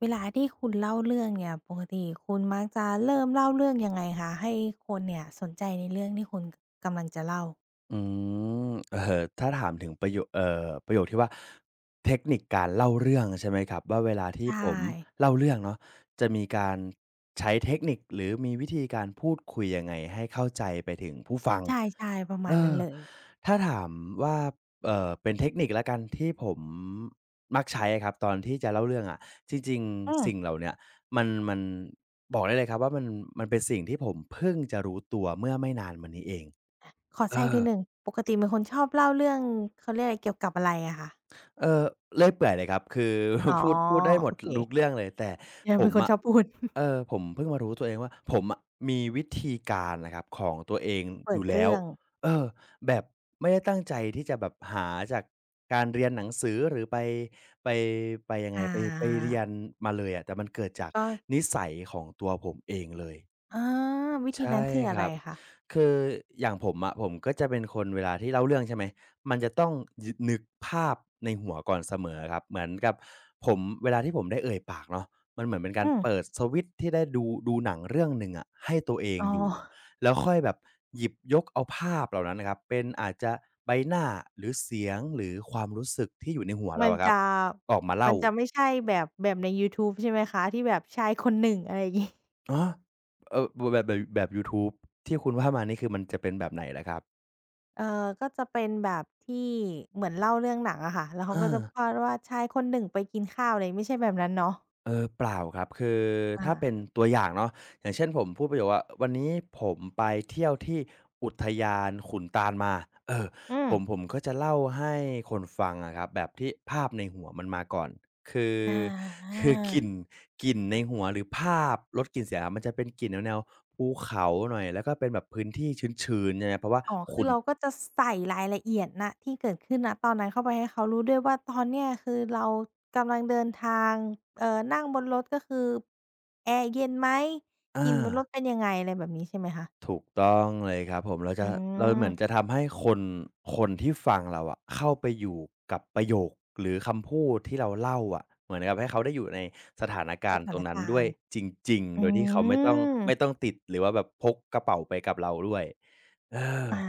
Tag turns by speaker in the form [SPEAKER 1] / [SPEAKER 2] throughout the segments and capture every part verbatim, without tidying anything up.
[SPEAKER 1] เวลาที่คุณเล่าเรื่องเนี่ยปกติคุณมักจะเริ่มเล่าเรื่องยังไงคะให้คนเนี่ยสนใจในเรื่องที่คุณกำลังจะเล่า
[SPEAKER 2] อืมเอ่อถ้าถามถึงประโยเอ่อประโยคที่ว่าเทคนิคการเล่าเรื่องใช่ไหมครับว่าเวลาที่
[SPEAKER 1] ใช่
[SPEAKER 2] ผมเล่าเรื่องเนาะจะมีการใช้เทคนิคหรือมีวิธีการพูดคุยยังไงให้เข้าใจไปถึงผู้ฟัง
[SPEAKER 1] ใช่ๆประมา
[SPEAKER 2] เอ
[SPEAKER 1] ณนั้
[SPEAKER 2] อ
[SPEAKER 1] นเลย
[SPEAKER 2] ถ้าถามว่าเอ่อเป็นเทคนิคแล้วกันที่ผมมักใช้อะครับตอนที่จะเล่าเรื่องอะจริง
[SPEAKER 1] อืม
[SPEAKER 2] ๆสิ่งเหล่าเนี้ยมันมันบอกได้เลยครับว่ามันมันเป็นสิ่งที่ผมเพิ่งจะรู้ตัวเมื่อไม่นานมานี้เอง
[SPEAKER 1] ขอ
[SPEAKER 2] เอ
[SPEAKER 1] แทรก
[SPEAKER 2] อ
[SPEAKER 1] นิดหนึ่งปกติเป็นคนชอบเล่าเรื่องเขาเรียกอะไรเกี่ยวกับอะไรอะคะ
[SPEAKER 2] เออเลื่อยเปื่อยเลยครับคือ
[SPEAKER 1] อ๋อ
[SPEAKER 2] พูดพูดได้หม
[SPEAKER 1] โอ
[SPEAKER 2] ด
[SPEAKER 1] เค
[SPEAKER 2] ทุกเรื่องเลยแต่
[SPEAKER 1] เนี่ย
[SPEAKER 2] ผ
[SPEAKER 1] เป็
[SPEAKER 2] ม
[SPEAKER 1] นคน
[SPEAKER 2] อะ
[SPEAKER 1] ชอบพูด
[SPEAKER 2] เออผมเพิ่งมารู้ตัวเองว่าผมอะมีวิธีการนะครับของตัวเอง
[SPEAKER 1] เปิ
[SPEAKER 2] อ
[SPEAKER 1] ด
[SPEAKER 2] ยู่แล้ว
[SPEAKER 1] เรื่อง
[SPEAKER 2] เออแบบไม่ได้ตั้งใจที่จะแบบหาจากการเรียนหนังสือหรือไปไปไปยังไง
[SPEAKER 1] อา
[SPEAKER 2] ไปไปเรียนมาเลยอะแต่มันเกิดจาก
[SPEAKER 1] ก็
[SPEAKER 2] นิสัยของตัวผมเองเลย
[SPEAKER 1] อาวิธี
[SPEAKER 2] ใช่
[SPEAKER 1] นั้นคือ
[SPEAKER 2] ค
[SPEAKER 1] อะไร
[SPEAKER 2] รับ
[SPEAKER 1] คะ
[SPEAKER 2] คืออย่างผมอะผมก็จะเป็นคนเวลาที่เล่าเรื่องใช่ไหมมันจะต้องยนึกภาพในหัวก่อนเสมอครับเหมือนกับผมเวลาที่ผมได้เอ่ยปากเนาะมันเหมือนเป็นกา
[SPEAKER 1] อื
[SPEAKER 2] ร
[SPEAKER 1] ม
[SPEAKER 2] เปิดสวิตช์ที่ได้ดูดูหนังเรื่องหนึ่งอะให้ตัวเอง
[SPEAKER 1] อ๋อ
[SPEAKER 2] อยู่แล้วค่อยแบบหยิบยกเอาภาพเหล่านั้นนะครับเป็นอาจจะใบหน้าหรือเสียงหรือความรู้สึกที่อยู่ในหัวเรา
[SPEAKER 1] มัน
[SPEAKER 2] อะครับ
[SPEAKER 1] จะ
[SPEAKER 2] ออกมา
[SPEAKER 1] มั
[SPEAKER 2] เล่า
[SPEAKER 1] นจะไม่ใช่แบบแบบในยูทูบใช่ไหมคะที่แบบชายคนหนึ่งอะไรงี้
[SPEAKER 2] อ๋อเอ่อแบบแบบแบบยูทูบที่คุณว่ามานี่คือมันจะเป็นแบบไหนล่ะครับ
[SPEAKER 1] เอ่อก็จะเป็นแบบที่เหมือนเล่าเรื่องหนังอะค่ะแล้ว
[SPEAKER 2] เอ
[SPEAKER 1] เขาก็
[SPEAKER 2] อ
[SPEAKER 1] จะพาดว่าชายคนหนึ่งไปกินข้าวอะไรไม่ใช่แบบนั้นเนาะ
[SPEAKER 2] เออเปล่าครับคือ
[SPEAKER 1] อา
[SPEAKER 2] ถ้าเป็นตัวอย่างเนาะอย่างเช่นผมพูดประโยคว่าวันนี้ผมไปเที่ยวที่อุทยานขุนตาลมาเออ
[SPEAKER 1] อื
[SPEAKER 2] ผ
[SPEAKER 1] ม
[SPEAKER 2] มผมก็จะเล่าให้คนฟังอะครับแบบที่ภาพในหัวมันมาก่อนคือ
[SPEAKER 1] อา
[SPEAKER 2] คือกลิ่น
[SPEAKER 1] ๆ
[SPEAKER 2] กลิ่นในหัวหรือภาพลดกลิ่นเสียมันจะเป็นกลิ่นแนวๆภูเขาหน่อยแล้วก็เป็นแบบพื้นที่ชื้นๆใช่ไหมเพราะว่า
[SPEAKER 1] อ๋อคื
[SPEAKER 2] ขุ
[SPEAKER 1] อ
[SPEAKER 2] น
[SPEAKER 1] เราก็จะใส่รายละเอียดณที่เกิดขึ้นณตอนนั้นเข้าไปให้เขารู้ด้วยว่าตอนเนี้ยคือเรากำลังเดินทางเอ่อนั่งบนรถก็คือแอร์เย็นไหมก
[SPEAKER 2] อา
[SPEAKER 1] ลิ่นบนรถเป็นยังไงอะไรแบบนี้ใช่ไหมคะ
[SPEAKER 2] ถูกต้องเลยครับผมเราจะ
[SPEAKER 1] อื
[SPEAKER 2] เราเหมือนจะ
[SPEAKER 1] ม
[SPEAKER 2] ทำให้คนคนที่ฟังเราอะเข้าไปอยู่กับประโยคหรือคำพูดที่เราเล่าอะเหมือนกับให้เขาได้อยู่ในสถานกา
[SPEAKER 1] ส
[SPEAKER 2] รณ์ต
[SPEAKER 1] ถา
[SPEAKER 2] ร
[SPEAKER 1] น
[SPEAKER 2] งนั้น
[SPEAKER 1] กา
[SPEAKER 2] ด้ว
[SPEAKER 1] ร
[SPEAKER 2] ย
[SPEAKER 1] ณ์
[SPEAKER 2] จริงๆโด
[SPEAKER 1] อื
[SPEAKER 2] ยที่เขาไม่ต้อง
[SPEAKER 1] ม
[SPEAKER 2] ไม่ต้องติดหรือว่าแบบพกกระเป๋าไปกับเราด้วยเออ
[SPEAKER 1] อ่า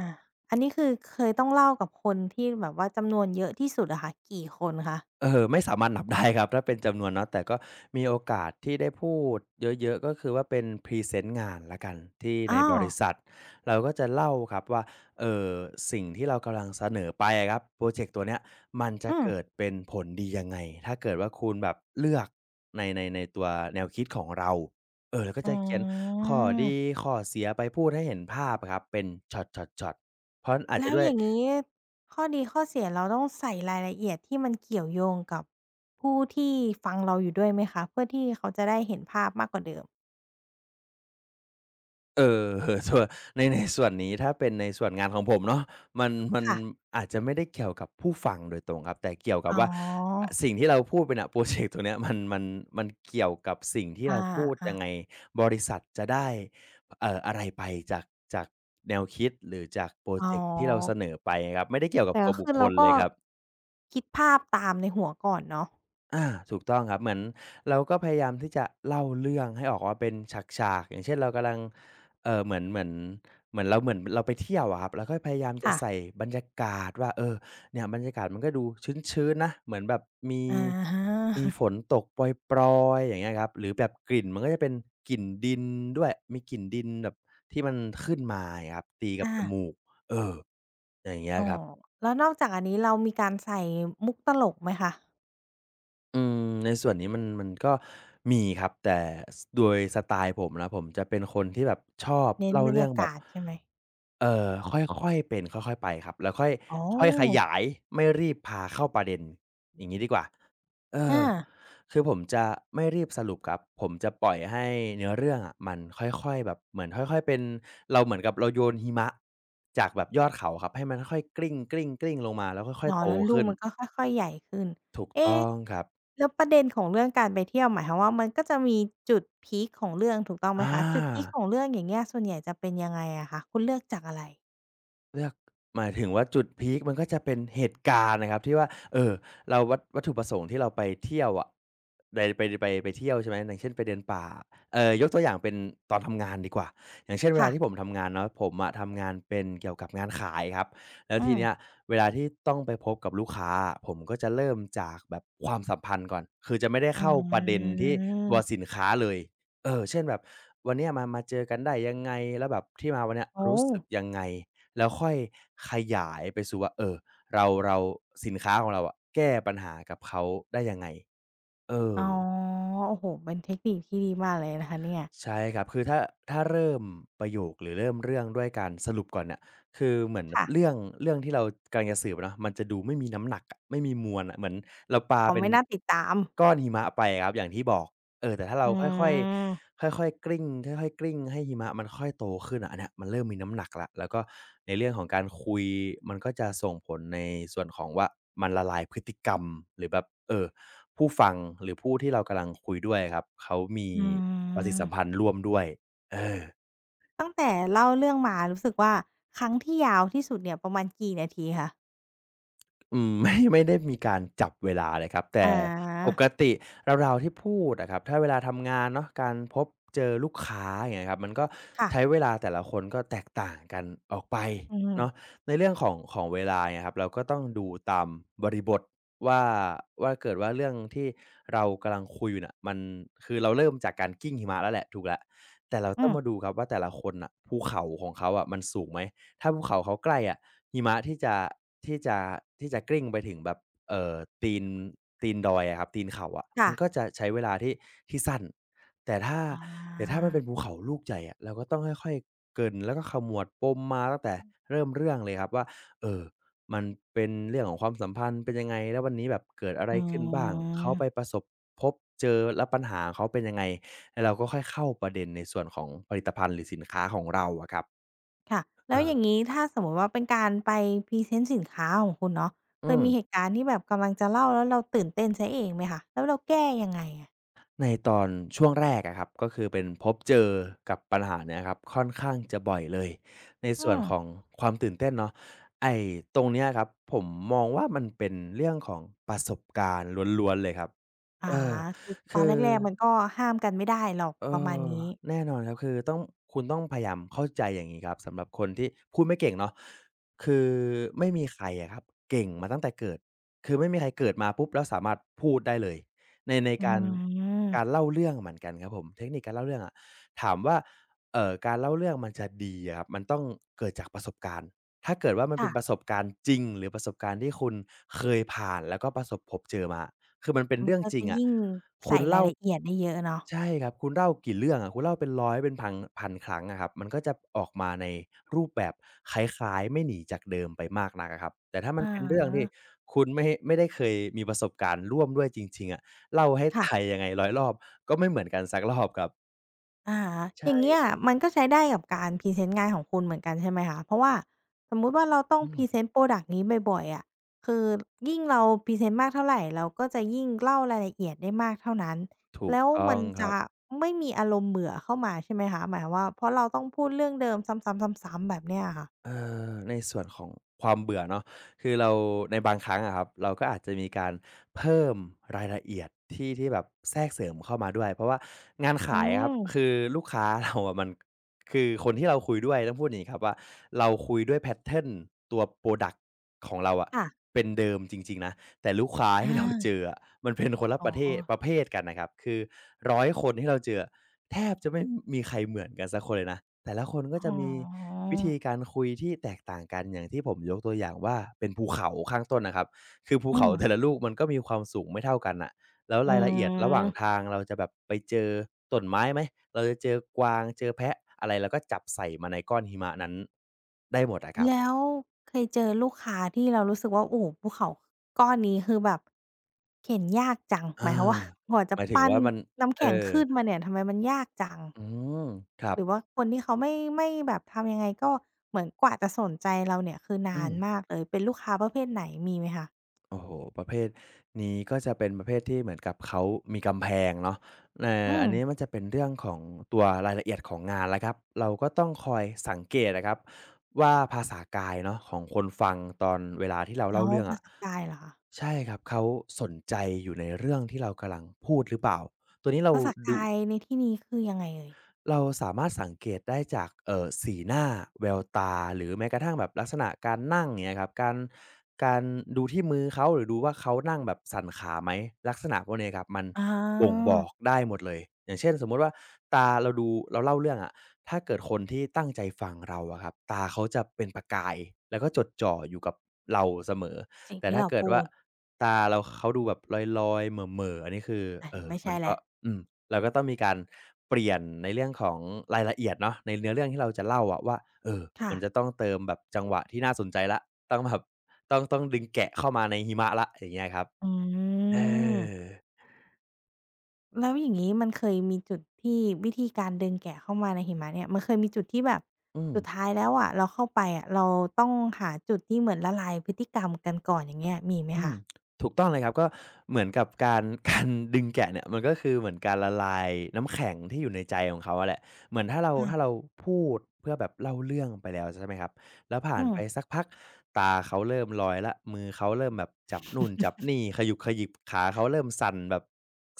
[SPEAKER 1] อันนี้คือเคยต้องเล่ากับคนที่แบบว่าจำนวนเยอะที่สุดอะค่ะกี่คนคะ
[SPEAKER 2] เออไม่สามารถนับได้ครับถ้าเป็นจำนวนเนาะแต่ก็มีโอกาสที่ได้พูดเยอะๆก็คือว่าเป็นพรีเซนต์งานแล้วกันที่ใน
[SPEAKER 1] อ้า
[SPEAKER 2] บ
[SPEAKER 1] ว
[SPEAKER 2] ริษัทเราก็จะเล่าครับว่าเอ่อสิ่งที่เรากำลังเสนอไปอะครับพรอเจกต์ตัวเนี้ยมันจะ
[SPEAKER 1] อืม
[SPEAKER 2] เกิดเป็นผลดียังไงถ้าเกิดว่าคุณแบบเลือกในในในตัวแนวคิดของเราเออเราก็
[SPEAKER 1] อื
[SPEAKER 2] จะเขียนข้อดี
[SPEAKER 1] ม
[SPEAKER 2] ข้อเสียไปพูดให้เห็นภาพอะครับเป็นช็อตๆๆเพราะอาจจะ
[SPEAKER 1] แล้ว
[SPEAKER 2] ด้ว
[SPEAKER 1] อ
[SPEAKER 2] ย
[SPEAKER 1] ย่างงี้ข้อดีข้อเสียเราต้องใส่รายละเอียดที่มันเกี่ยวโยงกับผู้ที่ฟังเราอยู่ด้วยไหมคะเพื่อที่เขาจะได้เห็นภาพมากกว่าเดิม
[SPEAKER 2] เออ ส่วนในในส่วนนี้ถ้าเป็นในส่วนงานของผมเนาะมันมัน
[SPEAKER 1] ค่ะ
[SPEAKER 2] อาจจะไม่ได้เกี่ยวกับผู้ฟังโดยตรงครับแต่เกี่ยวกับ
[SPEAKER 1] อ๋
[SPEAKER 2] ว่า
[SPEAKER 1] อ
[SPEAKER 2] สิ่งที่เราพูดไปน่ะโปรเจกต์ตัวเนี้ยมันมันมันเกี่ยวกับสิ่งที่
[SPEAKER 1] อ
[SPEAKER 2] เราพูด
[SPEAKER 1] า
[SPEAKER 2] ยัง
[SPEAKER 1] ๆ
[SPEAKER 2] ไงบริษัทจะได้เอ่ออะไรไปจากจากแนวคิดหรือจากโปร
[SPEAKER 1] อ๋
[SPEAKER 2] เจกต์ที่เราเส
[SPEAKER 1] อ
[SPEAKER 2] นอไปครับไม่ได้เกี่ยวกับ
[SPEAKER 1] แต่
[SPEAKER 2] ตัว
[SPEAKER 1] ก็
[SPEAKER 2] บุค
[SPEAKER 1] คือ
[SPEAKER 2] ค
[SPEAKER 1] เรา
[SPEAKER 2] ลเล
[SPEAKER 1] ก็
[SPEAKER 2] ยครับ
[SPEAKER 1] คิดภาพตามในหัวก่อนเนาะ
[SPEAKER 2] อาถูกต้องครับเหมือนเราก็พยายามที่จะเล่าเรื่องให้ออกมาเป็นฉากๆอย่างเช่นเรากำลังเอ่อเหมือนเหมือนเหมือนเราเหมือนเราไปเที่ยวอะครับเราก็พยายามจะ
[SPEAKER 1] ค่ะ
[SPEAKER 2] ใส่บรรยากาศว่าเออเนี่ยบรรยากาศมันก็ดูชื้นๆนะเหมือนแบบมี
[SPEAKER 1] อะฮ
[SPEAKER 2] มีฝ
[SPEAKER 1] ะ
[SPEAKER 2] นตกปรอยๆอย่างเงี้ยครับหรือแบบกลิ่นมันก็จะเป็นกลิ่นดินด้วยมีกลิ่นดินแบบที่มันขึ้นมาอย่างเงี้ยครับตีกับ
[SPEAKER 1] อา
[SPEAKER 2] จมูกเอออย่างเงี้ย
[SPEAKER 1] อ๋อ
[SPEAKER 2] ครับ
[SPEAKER 1] แล้วนอกจากอันนี้เรามีการใส่มุกตลกไหมคะ
[SPEAKER 2] อืมในส่วนนี้มันมันก็มีครับแต่สโดยสไตล์ผมนะผมจะเป็นคนที่แบบชอบ
[SPEAKER 1] เน้น
[SPEAKER 2] เล่า
[SPEAKER 1] บรร
[SPEAKER 2] เรื่อง
[SPEAKER 1] ยา
[SPEAKER 2] แบบ
[SPEAKER 1] กาศใช่ไหม
[SPEAKER 2] เอ่อค่อยๆเป็นค่อยๆไปครับแล้วค่อย
[SPEAKER 1] อ๋
[SPEAKER 2] ค่อยข
[SPEAKER 1] อ
[SPEAKER 2] ยายไม่รีบพาเข้าประเด็นอย่างงี้ดีกว่าเออ
[SPEAKER 1] อา
[SPEAKER 2] คือผมจะไม่รีบสรุปครับผมจะปล่อยให้เนื้อเรื่องอะมันค่อยๆแบบเหมือนค่อยๆเป็นเราเหมือนกับเราโยนหิมะจากแบบยอดเขาครับให้มันค่อยๆกลิ้งๆๆลงมาแล้วค่อ
[SPEAKER 1] อ๋
[SPEAKER 2] ย
[SPEAKER 1] อ
[SPEAKER 2] ๆโต
[SPEAKER 1] แล้วรู
[SPEAKER 2] ขึ้น
[SPEAKER 1] มันก็ค่อยๆใหญ่ขึ้น
[SPEAKER 2] ถูก
[SPEAKER 1] เอ๊
[SPEAKER 2] ต้องครับ
[SPEAKER 1] แล้วประเด็นของเรื่องการไปเที่ยวหมายความว่ามันก็จะมีจุดพีกของเรื่องถูกต้องไหม
[SPEAKER 2] อา
[SPEAKER 1] คะจุดพีกของเรื่องอย่างเงี้ยส่วนใหญ่จะเป็นยังไงอะคะคุณเลือกจากอะไร
[SPEAKER 2] เลือกหมายถึงว่าจุดพีกมันก็จะเป็นเหตุการณ์นะครับที่ว่าเอ่อเราวัตวัตถุประสงค์ที่เราไปเที่ยวอะไปไปไปไปเที่ยวใช่ไหมอย่างเช่นไปเดินป่าเอ่อยกตัวอย่างเป็นตอนทำงานดีกว่าอย่างเช่นเวลา
[SPEAKER 1] ค่ะ
[SPEAKER 2] ที่ผมทำงานเนาะผมอะทำงานเป็นเกี่ยวกับงานขายครับแล้ว
[SPEAKER 1] อื
[SPEAKER 2] ที
[SPEAKER 1] ม
[SPEAKER 2] เนี้ยเวลาที่ต้องไปพบกับลูกค้าอะผมก็จะเริ่มจากแบบความสัมพันธ์ก่อนคือจะไม่ได้
[SPEAKER 1] อื
[SPEAKER 2] เข้าประเด็นที่ตัวสิ
[SPEAKER 1] ม
[SPEAKER 2] นค้าเลยเออเช่นแบบวันเนี้ยมามาเจอกันได้ยังไงแล้วแบบที่มาวันเนี้ย
[SPEAKER 1] โอ้
[SPEAKER 2] รู้สึกยังไง แล้วค่อยขยายไปสู่ว่าเออเราเราสินค้าของเราอะแก้ปัญหากับเขาได้ยังไงเออ
[SPEAKER 1] อ๋อโอ้โฮเป็นเทคนิคที่ดีมากเลยนะคะเนี่ย
[SPEAKER 2] ใช่ครับคือถ้าถ้าเริ่มประโยคหรือเริ่มเรื่องด้วยการสรุปก่อนเนี่ยคือเหมือน
[SPEAKER 1] ค่ะ
[SPEAKER 2] เรื่องเรื่องที่เรากำลังจะสืบอะเนาะมันจะดูไม่มีน้ำหนักอะไม่มีมวลอะเหมือนเราปา
[SPEAKER 1] อ๋อ
[SPEAKER 2] เป็น
[SPEAKER 1] ไม่น่าติดตาม
[SPEAKER 2] ก้อนหิมะไปอะครับอย่างที่บอกเออแต่ถ้าเรา
[SPEAKER 1] อื
[SPEAKER 2] ค่อย
[SPEAKER 1] ม
[SPEAKER 2] ๆค่อยๆกลิ้งค่อยๆกลิ้งให้หิมะมันค่อยโตขึ้นอะอันเนี้ยมันเริ่มมีน้ำหนักแล้วแล้วก็ในเรื่องของการคุยมันก็จะส่งผลในส่วนของว่ามันละลายพฤติกรรมหรือแบบเอ่อ ผู้ฟังหรือผู้ที่เรากำลังคุยด้วยครับเขามี
[SPEAKER 1] อื
[SPEAKER 2] ปฏิสัมพัน
[SPEAKER 1] ม
[SPEAKER 2] ธ์ร่วมด้วยเออ
[SPEAKER 1] ตั้งแต่เล่าเรื่องมารู้สึกว่าครั้งที่ยาวที่สุดเนี่ยประมาณกี่นาทีคะ
[SPEAKER 2] อืม ไม่ไม่ได้มีการจับเวลาเลยครับแต่
[SPEAKER 1] อ
[SPEAKER 2] ป
[SPEAKER 1] า
[SPEAKER 2] กติเราๆที่พูดอะครับถ้าเวลาทำงานเนาะการพบเจอลูกค้าอย่างเงี้ยครับมันก็
[SPEAKER 1] ค่ะ
[SPEAKER 2] ใช้เวลาแต่ละคนก็แตกต่างกันออกไป
[SPEAKER 1] อืม
[SPEAKER 2] เนาะในเรื่องของของเวลาอย่างเงี้ยครับเราก็ต้องดูตามบริบทว่าว่าเกิดว่าเรื่องที่เรากำลังคุยอยู่เน่ยมันคือเราเริ่มจากการกลิ้งหิมะแล้วแหละถูกแล้วแต่เรา
[SPEAKER 1] อื
[SPEAKER 2] ต้อง
[SPEAKER 1] ม
[SPEAKER 2] มาดูครับว่าแต่ละคนน่ะภูเขาของเขาอะมันสูงไหม ถ้าภูเขาเขาใกล้อะหิมะที่จะที่จะที่จะกลิ้งไปถึงแบบเอ่อตีนตีนดอยอะครับตีนเขาอะมั
[SPEAKER 1] ค่ะ
[SPEAKER 2] นก็จะใช้เวลาที่ที่สั้นแต่ถ้าแต่ถ้ามันเป็
[SPEAKER 1] อา
[SPEAKER 2] นภูเขาลูกใหญ่อะเราก็ต้องค่อยๆเกริ่นแล้วก็ขมวดปมมาตั้งแต่เริ่มเรื่องเลยครับว่าเอ่อมันเป็นเรื่องของความสัมพันธ์เป็นยังไงแล้ววันนี้แบบเกิดอะไร
[SPEAKER 1] อื
[SPEAKER 2] ขึ้นบ้างเขาไปป
[SPEAKER 1] ม
[SPEAKER 2] ระสบพบเจอแล้วปัญหาของเขาเป็นยังไงแล้วเราก็ค่อยเข้าประเด็นในส่วนของผลิตภัณฑ์หรือสินค้าของเราอะครับ
[SPEAKER 1] ค่ะ
[SPEAKER 2] เอ
[SPEAKER 1] แล้ว
[SPEAKER 2] อ
[SPEAKER 1] อย่างงี้ถ้าสมมุติว่าเป็นการไปพรีเซนต์สินค้าของคุณเนาะ
[SPEAKER 2] อื
[SPEAKER 1] เคย
[SPEAKER 2] ม
[SPEAKER 1] มีเหตุการณ์ที่แบบกำลังจะเล่าแล้วเราตื่นเต้นเสียเองไหมคะแล้วเราแก้ยังไงอะ
[SPEAKER 2] ในตอนช่วงแรกอะครับก็คือเป็นพบเจอกับปัญหาเนี้ยครับค่อนข้างจะบ่อยเลยใน
[SPEAKER 1] อื
[SPEAKER 2] ส่วน
[SPEAKER 1] ม
[SPEAKER 2] ของความตื่นเต้นเนาะไอ้ตรงเนี้ยครับผมมองว่ามันเป็นเรื่องของประสบการณ์ล้วนๆเลยครับ
[SPEAKER 1] อา
[SPEAKER 2] เออ
[SPEAKER 1] คือตอน
[SPEAKER 2] คื
[SPEAKER 1] แร
[SPEAKER 2] อ
[SPEAKER 1] กๆมันก็ห้ามกันไม่ได้หรอก
[SPEAKER 2] เอ
[SPEAKER 1] ประมาณ
[SPEAKER 2] อ
[SPEAKER 1] นี้
[SPEAKER 2] แน่นอนครับคือต้องคุณต้องพยายามเข้าใจอย่างงี้ครับสำหรับคนที่พูดไม่เก่งเนาะคือไม่มีใครอะครับเก่งมาตั้งแต่เกิดคือไม่มีใครเกิดมาปุ๊บแล้วสามารถพูดได้เลยในใน
[SPEAKER 1] อื
[SPEAKER 2] การการ
[SPEAKER 1] ม
[SPEAKER 2] เล่าเรื่องเหมือนกันครับผมเทคนิคการเล่าเรื่องอะถามว่าเอ่อการเล่าเรื่องมันจะดีอะครับมันต้องเกิดจากประสบการณ์ถ้าเกิดว่ามันเป็
[SPEAKER 1] ค่ะ
[SPEAKER 2] นประสบการณ์จริงหรือประสบการณ์ที่คุณเคยผ่านแล้วก็ประสบพบเจอมาคือมันเป็น
[SPEAKER 1] มัน
[SPEAKER 2] เรื่อง
[SPEAKER 1] ก็
[SPEAKER 2] จริ
[SPEAKER 1] จะ
[SPEAKER 2] งอะ
[SPEAKER 1] ยิ่ง
[SPEAKER 2] คุ
[SPEAKER 1] ใส่
[SPEAKER 2] ณ
[SPEAKER 1] ราย
[SPEAKER 2] เล่า
[SPEAKER 1] ละเอียดได้เยอะเนาะ
[SPEAKER 2] ใช่ครับคุณเล่ากี่เรื่องอะคุณเล่าเป็นร้อยเป็นพังศูนย์ ศูนย์ ศูนย์ครั้งอะครับมันก็จะออกมาในรูปแบบคล้ายๆไม่หนีจากเดิมไปมากนักอะครับแต่ถ้ามั
[SPEAKER 1] อ
[SPEAKER 2] นเป็นเรื่องที่
[SPEAKER 1] ะ
[SPEAKER 2] คุณไม่ไม่ได้เคยมีประสบการณ์ร่วมด้วยจริงๆอะเล่าให้ไทย
[SPEAKER 1] ค่ะ
[SPEAKER 2] ยังไงร้อยรอบก็ไม่เหมือนกันสักรอบครับ
[SPEAKER 1] อะฮะ
[SPEAKER 2] ใช่
[SPEAKER 1] อย่างเงี้ย
[SPEAKER 2] เลย
[SPEAKER 1] มันก็ใช้ได้กับการพรีเซนต์งานของคุณเหมือนกันใช่ไหมคะเพราะว่าสมมุติว่าเราต้อง
[SPEAKER 2] อื
[SPEAKER 1] พรีเซ
[SPEAKER 2] ม
[SPEAKER 1] นต์พรอดักต์นี้บ่อยๆอะคือยิ่งเราพรีเซนต์มากเท่าไรเราก็จะยิ่งเล่ารายละเอียดได้มากเท่านั้น
[SPEAKER 2] ถูก
[SPEAKER 1] แล้ว
[SPEAKER 2] ต้อ
[SPEAKER 1] มั
[SPEAKER 2] ง
[SPEAKER 1] น
[SPEAKER 2] ครั
[SPEAKER 1] จะ
[SPEAKER 2] บ
[SPEAKER 1] ไม่มีอารมณ์เบื่อเข้ามาใช่ไหมคะหมายความว่าเพราะเราต้องพูดเรื่องเดิมซ้ำๆๆๆแบบเนี้ยอะค่ะ
[SPEAKER 2] เอ่อในส่วนของความเบื่อเนาะคือเราในบางครั้งอะครับเราก็อาจจะมีการเพิ่มรายละเอียดที่ที่แบบแทรกเสริมเข้ามาด้วยเพราะว่างาน
[SPEAKER 1] อื
[SPEAKER 2] ขายอะครับ
[SPEAKER 1] ม
[SPEAKER 2] คือลูกค้าเราอะมันคือคนที่เราคุยด้วยต้องพูดอย่างงี้ครับว่าเราคุยด้วยแพตเทิร์นตัวพรอดักต์ของเราอะ
[SPEAKER 1] ค่ะ
[SPEAKER 2] เป็นเดิมจริงๆนะ แต่ลูกค้า
[SPEAKER 1] ออ
[SPEAKER 2] ที่เราเจอ
[SPEAKER 1] า
[SPEAKER 2] อะมันเป็นคนละ
[SPEAKER 1] อ๋อ
[SPEAKER 2] ประเทศประเภทกันนะครับคือร้อยคนที่เราเจอแทบจะไม่มีใครเหมือนกันสักคนเลยนะแต่ละคนก็
[SPEAKER 1] อ๋
[SPEAKER 2] จะมี
[SPEAKER 1] อ
[SPEAKER 2] วิธีการคุยที่แตกต่างกันอย่างที่ผมยกตัวอย่างว่าเป็นภูเขาข้างต้นนะครับคือภู
[SPEAKER 1] อื
[SPEAKER 2] เขา
[SPEAKER 1] ม
[SPEAKER 2] แต่ละลูกมันก็มีความสูงไม่เท่ากันน่ะแล้ว
[SPEAKER 1] อื
[SPEAKER 2] รายละเอียดระหว่าง
[SPEAKER 1] ม
[SPEAKER 2] ทางเราจะแบบไปเจอต้นไม้ไหมเราจะเจอกวางเจอแพะอะไรเราก็จับใส่มาในก้อนหิมะนั้นได้หมดอะครับ
[SPEAKER 1] แล้วเคยเจอลูกค้าที่เรารู้สึกว่าโอ้โฮภูเขาก้อนนี้คือแบบเข็นยากจังห
[SPEAKER 2] อา
[SPEAKER 1] มายความว่า กว่า
[SPEAKER 2] ห
[SPEAKER 1] จะ
[SPEAKER 2] มายถึง
[SPEAKER 1] ปั้น
[SPEAKER 2] ว่ามัน
[SPEAKER 1] น้ำ
[SPEAKER 2] เอ
[SPEAKER 1] แข็ง
[SPEAKER 2] อ
[SPEAKER 1] ขึ้นมาเนี่ยทำไมมันยากจัง
[SPEAKER 2] อืมครั
[SPEAKER 1] ห
[SPEAKER 2] บ
[SPEAKER 1] รือว่าคนที่เขาไม่ไม่แบบทำยังไงก็เหมือนกว่าจะสนใจเราเนี่ยคือ
[SPEAKER 2] อื
[SPEAKER 1] นา
[SPEAKER 2] ม
[SPEAKER 1] นมากเลยเป็นลูกค้าประเภทไหนมีไหมคะ
[SPEAKER 2] โอ้โฮประเภทนี้ก็จะเป็นประเภทที่เหมือนกับเขามีกำแพงเนาะเอ่อ
[SPEAKER 1] อื
[SPEAKER 2] อั
[SPEAKER 1] ม
[SPEAKER 2] นนี้มันจะเป็นเรื่องของตัวรายละเอียดของงานแล้วครับเราก็ต้องคอยสังเกตอะครับว่าภาษากายเนาะของคนฟังตอนเวลาที่เรา
[SPEAKER 1] อ๋
[SPEAKER 2] เล่า
[SPEAKER 1] อ
[SPEAKER 2] เรื่อง
[SPEAKER 1] ภา
[SPEAKER 2] อะ
[SPEAKER 1] ษากายเหรอคะ
[SPEAKER 2] ใช่ครับเขาสนใจอยู่ในเรื่องที่เรากำลังพูดหรือเปล่าตัวนี้เรา
[SPEAKER 1] ภาษา
[SPEAKER 2] ดู
[SPEAKER 1] กายในที่นี้คือยังไงเอ่ย
[SPEAKER 2] เราสามารถสังเกตได้จากเอ่อสีหน้าแววตาหรือแม้กระทั่งแบบลักษณะการนั่งอย่างเงี้ยครับการการดูที่มือเขาหรือดูว่าเขานั่งแบบสั่นขาไหมลักษณะพวกเนี้ยครับมัน
[SPEAKER 1] อ๋
[SPEAKER 2] บ่ง
[SPEAKER 1] อ
[SPEAKER 2] บอกได้หมดเลยอย่างเช่นสมมุติว่าตาเราดูเราเล่าเรื่องอะถ้าเกิดคนที่ตั้งใจฟังเราอะครับตาเขาจะเป็นประกายแล้วก็จดจ่ออยู่กับเราเสมอ
[SPEAKER 1] สิ่ง
[SPEAKER 2] แต่
[SPEAKER 1] ที่
[SPEAKER 2] ถ้า
[SPEAKER 1] เรา
[SPEAKER 2] เกิด
[SPEAKER 1] พู
[SPEAKER 2] ว่า
[SPEAKER 1] ด
[SPEAKER 2] ตาเราเขาดูแบบลอยๆเหม่อๆอันนี้คือ
[SPEAKER 1] อา
[SPEAKER 2] เอ่อ
[SPEAKER 1] ไม่
[SPEAKER 2] มั
[SPEAKER 1] ใช่
[SPEAKER 2] นก็
[SPEAKER 1] แล้ว
[SPEAKER 2] อืม เราก็ต้องมีการเปลี่ยนในเรื่องของรายละเอียดเนาะในเนื้อเรื่องที่เราจะเล่าอะว่าเอ่อ
[SPEAKER 1] ค่ะ
[SPEAKER 2] มันจะต้องเติมแบบจังหวะที่น่าสนใจแล้วต้องแบบต้องต้องดึงแกะเข้ามาในหิมะแล้วอย่างเงี้ยครับ
[SPEAKER 1] อื
[SPEAKER 2] เออ
[SPEAKER 1] ม แล้วอย่างนี้มันเคยมีจุดที่วิธีการเดึงแกะเข้ามาในหิมะเนี่ยมันเคยมีจุดที่แบบ
[SPEAKER 2] อืม
[SPEAKER 1] สุดท้ายแล้วอะเราเข้าไปอะเราต้องหาจุดที่เหมือนละลายพฤติกรรมกันก่อนอย่างเงี้ยมีไหม
[SPEAKER 2] อืม
[SPEAKER 1] คะ
[SPEAKER 2] ถูกต้องเลยครับก็เหมือนกับการ การดึงแกะเนี่ยมันก็คือเหมือนการละลายน้ำแข็งที่อยู่ในใจของเขาอะแหละเหมือนถ้าเรา
[SPEAKER 1] อา
[SPEAKER 2] ถ้าเราพูดเพื่อแบบเล่าเรื่องไปแล้วใช่ไหมครับแล้วผ่า
[SPEAKER 1] อื
[SPEAKER 2] น
[SPEAKER 1] ม
[SPEAKER 2] ไปสักพักตาเขาเริ่มลอยแล้วมือเขาเริ่มแบบจับนู่นจับนี่ขยุกขยิบขาเขาเริ่มสั่นแบบ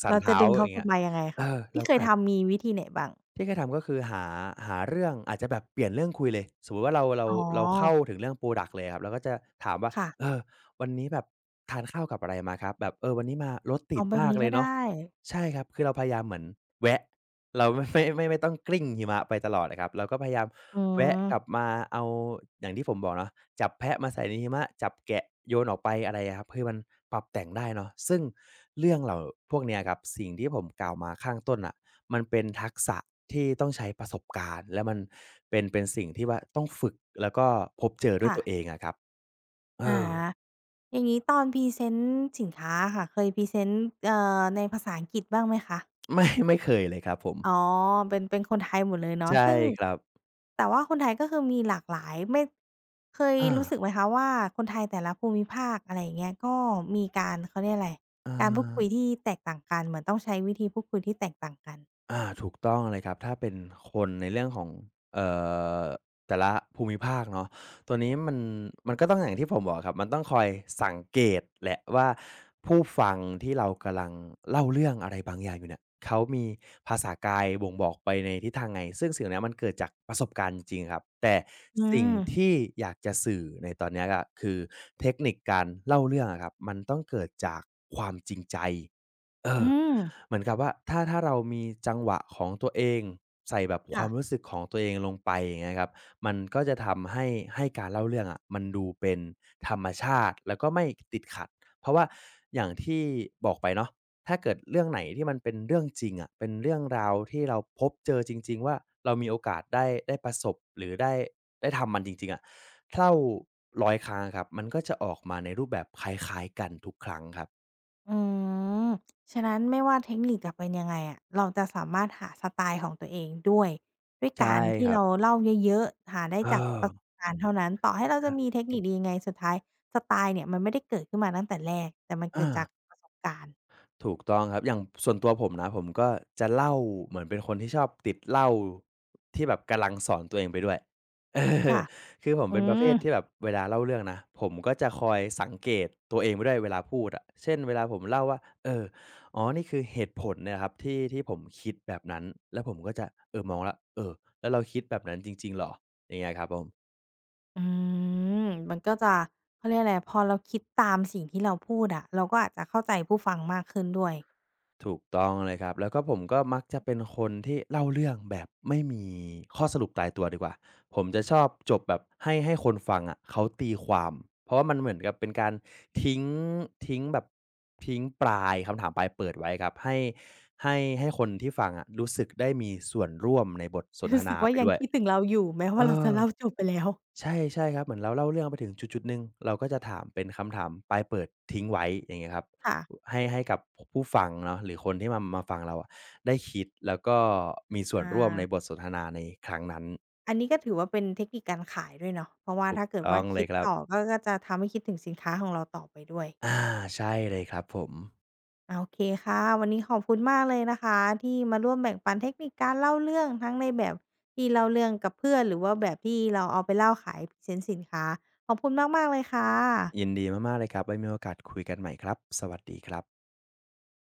[SPEAKER 2] สั่น
[SPEAKER 1] เราจะ
[SPEAKER 2] เท้า
[SPEAKER 1] ดึง
[SPEAKER 2] อ
[SPEAKER 1] เขา
[SPEAKER 2] ย่าง
[SPEAKER 1] กลั
[SPEAKER 2] เงี้
[SPEAKER 1] บ
[SPEAKER 2] ย
[SPEAKER 1] มายังไง
[SPEAKER 2] เออ
[SPEAKER 1] คะ
[SPEAKER 2] เรา
[SPEAKER 1] ที่เค
[SPEAKER 2] ก็
[SPEAKER 1] ย
[SPEAKER 2] อาจ
[SPEAKER 1] ทำมีวิธีไหนบ้าง
[SPEAKER 2] ที่แยทำก็คือหาหาเรื่องอาจจะแบบเปลี่ยนเรื่องคุยเลยสมมุติว่าเราเรา
[SPEAKER 1] อ๋อ
[SPEAKER 2] เราเข้าถึงเรื่องพรอดักเลยครับเราก็จะถามว่า
[SPEAKER 1] ค่ะ
[SPEAKER 2] เออวันนี้แบบทานข้าวกับอะไรมาครับแบบเออวันนี้มารถติ
[SPEAKER 1] อ๋อ
[SPEAKER 2] ด
[SPEAKER 1] แบบ
[SPEAKER 2] มาก
[SPEAKER 1] นี้
[SPEAKER 2] เล
[SPEAKER 1] ก็
[SPEAKER 2] ย
[SPEAKER 1] ได้
[SPEAKER 2] เนาะใช่ครับคือเราพยายามเหมือนแวะเราไม่ ไม่ไม่ไม่ต้องกลิ้งหิมะไปตลอดอะครับเราก็พยายาม
[SPEAKER 1] อื
[SPEAKER 2] แวะกลับ
[SPEAKER 1] ม
[SPEAKER 2] มาเอาอย่างที่ผมบอกเนาะจับแพะมาใส่ในหิมะจับแกะโยนออกไปอะไรอะครับคือมันปรับแต่งได้เนาะซึ่งเรื่องเหล่าพวกเนี้ยครับสิ่งที่ผมกล่าวมาข้างต้นน่ะ มันเป็นทักษะที่ต้องใช้ประสบการณ์และมันเป็นเป็นสิ่งที่ว่าต้องฝึกแล้วก็พบเจอด้วย
[SPEAKER 1] ค่ะ
[SPEAKER 2] ตัวเองอะครับเอ
[SPEAKER 1] อะ
[SPEAKER 2] อ
[SPEAKER 1] ฮะอย่างงี้ตอนพรีเซนต์สินค้าอะค่ะเคยพรีเซนต์เอ่อในภาษาอังกฤษบ้างไหมคะ
[SPEAKER 2] ไม่ไม่เคยเลยครับผม
[SPEAKER 1] อ๋อเป็น เป็นคนไทยหมดเลยเนาะ
[SPEAKER 2] ใช่
[SPEAKER 1] ซึ่ง
[SPEAKER 2] ครับ
[SPEAKER 1] แต่ว่าคนไทยก็คือมีหลากหลาย ไม่เคย
[SPEAKER 2] อา
[SPEAKER 1] รู้สึกไหมคะว่าคนไทยแต่ละภูมิภาคอะไรอย่างเงี้ยก็มีการเขาเรียกอะไร
[SPEAKER 2] อา
[SPEAKER 1] การพูดคุยที่แตกต่างกันเหมือนต้องใช้วิธีพูดคุยที่แตกต่างกัน
[SPEAKER 2] อาถูกต้องเลยครับถ้าเป็นคนในเรื่องของเอ่อแต่ละภูมิภาคเนาะตัวนี้มันมันก็ต้องอย่างที่ผมบอกครับมันต้องคอยสังเกตแหละว่าผู้ฟังที่เรากำลังเล่าเรื่องอะไรบางอย่างอยู่เนี่ยเขามีภาษากายบ่งบอกไปในทิศทางไหนซึ่งสิ่งเนี้ยมันเกิดจากประสบการณ์จริงๆครับแต่
[SPEAKER 1] อื
[SPEAKER 2] สิ่ง
[SPEAKER 1] ม
[SPEAKER 2] ที่อยากจะสื่อในตอนเนี้ยก็คือเทคนิคการเล่าเรื่องอะครับมันต้องเกิดจากความจริงใจเอ
[SPEAKER 1] อื
[SPEAKER 2] อ
[SPEAKER 1] ม
[SPEAKER 2] เหมือนกับว่าถ้าถ้าเรามีจังหวะของตัวเองใส่แบบค
[SPEAKER 1] ค่ะ
[SPEAKER 2] วามรู้สึกของตัวเองลงไปอย่างเงี้ยครับมันก็จะทำให้ให้การเล่าเรื่องอะมันดูเป็นธรรมชาติแล้วก็ไม่ติดขัดเพราะว่าอย่างที่บอกไปเนาะถ้าเกิดเรื่องไหนที่มันเป็นเรื่องจริงอะเป็นเรื่องราวที่เราพบเจอจริงๆว่าเรามีโอกาสได้ได้ประสบหรือได้ได้ทำมันจริงๆอะเล่าร้อยครั้งอะครับมันก็จะออกมาในรูปแบบคล้ายๆกันทุกครั้งครับ
[SPEAKER 1] อืม ฉะนั้นไม่ว่าเทคนิคจะเป็นยังไงอะเราจะสามารถหาสไตล์ของตัวเองด้วยด้วย
[SPEAKER 2] ใช่
[SPEAKER 1] การที่
[SPEAKER 2] ครับ
[SPEAKER 1] เราเล่าเยอะๆหาได้
[SPEAKER 2] เอ
[SPEAKER 1] จาก
[SPEAKER 2] อ
[SPEAKER 1] ประสบการณ์เท่านั้น ต่อให้เราจะมี
[SPEAKER 2] ใช่
[SPEAKER 1] เทคนิคดียังไงสุดท้ายสไตล์เนี่ยมันไม่ได้เกิดขึ้นมาตั้งแต่แรก แต่มันเกิ
[SPEAKER 2] อา
[SPEAKER 1] ดจากประสบการณ์
[SPEAKER 2] ถูกต้องครับอย่างส่วนตัวผมนะผมก็จะเล่าเหมือนเป็นคนที่ชอบติดเหล้าที่แบบกำลังสอนตัวเองไปด้วยเออ
[SPEAKER 1] ค่ะ
[SPEAKER 2] คือผม
[SPEAKER 1] อื
[SPEAKER 2] เป็นประเภ
[SPEAKER 1] ม
[SPEAKER 2] ทที่แบบเวลาเล่าเรื่องนะผมก็จะคอยสังเกตตัวเองไปด้วยเวลาพูดอะเช่นเวลาผมเล่าว่าเอออ๋อนี่คือเหตุผลเนี่ยครับที่ที่ผมคิดแบบนั้นแล้วผมก็จะเออมองแล้วเออแล้วเราคิดแบบนั้นจริงๆเหรออย่างเงี้ยครับผม
[SPEAKER 1] อืมมันก็จะเขาเรียกอะไรพอเราคิดตามสิ่งที่เราพูดอะเราก็อาจจะเข้าใจผู้ฟังมากขึ้นด้วย
[SPEAKER 2] ถูกต้องเลยครับ แล้วก็ผมก็มักจะเป็นคนที่เล่าเรื่องแบบไม่มีข้อสรุปตายตัวดีกว่า ผมจะชอบจบแบบให้ให้คนฟังอะะเขาตีความ เพราะว่ามันเหมือนกับเป็นการทิ้งทิ้งแบบทิ้งปลายคำถามปลายเปิดไว้ครับให้ให้ให้คนที่ฟังอะะรู้สึกได้มีส่วนร่วมในบทสนท
[SPEAKER 1] รู้สึ
[SPEAKER 2] นา
[SPEAKER 1] กว่า
[SPEAKER 2] ไป
[SPEAKER 1] ยั
[SPEAKER 2] ด้
[SPEAKER 1] ง
[SPEAKER 2] วย
[SPEAKER 1] คิดถึงเราอยู่แม้
[SPEAKER 2] เอ
[SPEAKER 1] ว่าเราจะ
[SPEAKER 2] อ
[SPEAKER 1] เล่าจบไปแล้ว
[SPEAKER 2] ใช่ใช่ครับเหมือนเราเล่าเรื่องไปถึงจุดๆหนึ่งเราก็จะถามเป็นคำถามปลายเปิดทิ้งไว้อย่างเงี้ยครับ
[SPEAKER 1] ค่ะ
[SPEAKER 2] ให้ให้กับผผู้ฟังเนาะหรือคนที่มามาฟังเราอะได้คิดแล้วก็มีส่วนร่วมใน
[SPEAKER 1] อา
[SPEAKER 2] บทสนทนาในครั้งนั้น
[SPEAKER 1] อันนี้ก็ถือว่าเป็นเทคนิคการขายด้วยเนาะเพราะว่าถ้าเกิด
[SPEAKER 2] ต้อ
[SPEAKER 1] ว่า
[SPEAKER 2] งเล
[SPEAKER 1] คิ
[SPEAKER 2] ย
[SPEAKER 1] ด
[SPEAKER 2] ครับ
[SPEAKER 1] ต่อก็ก็จะทำให้คิดถึงสินค้าของเราต่อไปด้วย
[SPEAKER 2] อาใช่เลยครับผม
[SPEAKER 1] อาโอเคค่ะวันนี้ขอบคุณมากเลยนะคะที่มาร่วมแบ่งปันเทคนิคการเล่าเรื่องทั้งในแบบที่เล่าเรื่องกับเพื่อนหรือว่าแบบที่เราเอาไปเล่าขายพรีเซนต์สินค้าขอบคุณมากๆเลยค่ะ
[SPEAKER 2] ยินดีมากๆเลยครับไว้มีโอกาสคุยกันใหม่ครับสวัสดีครับ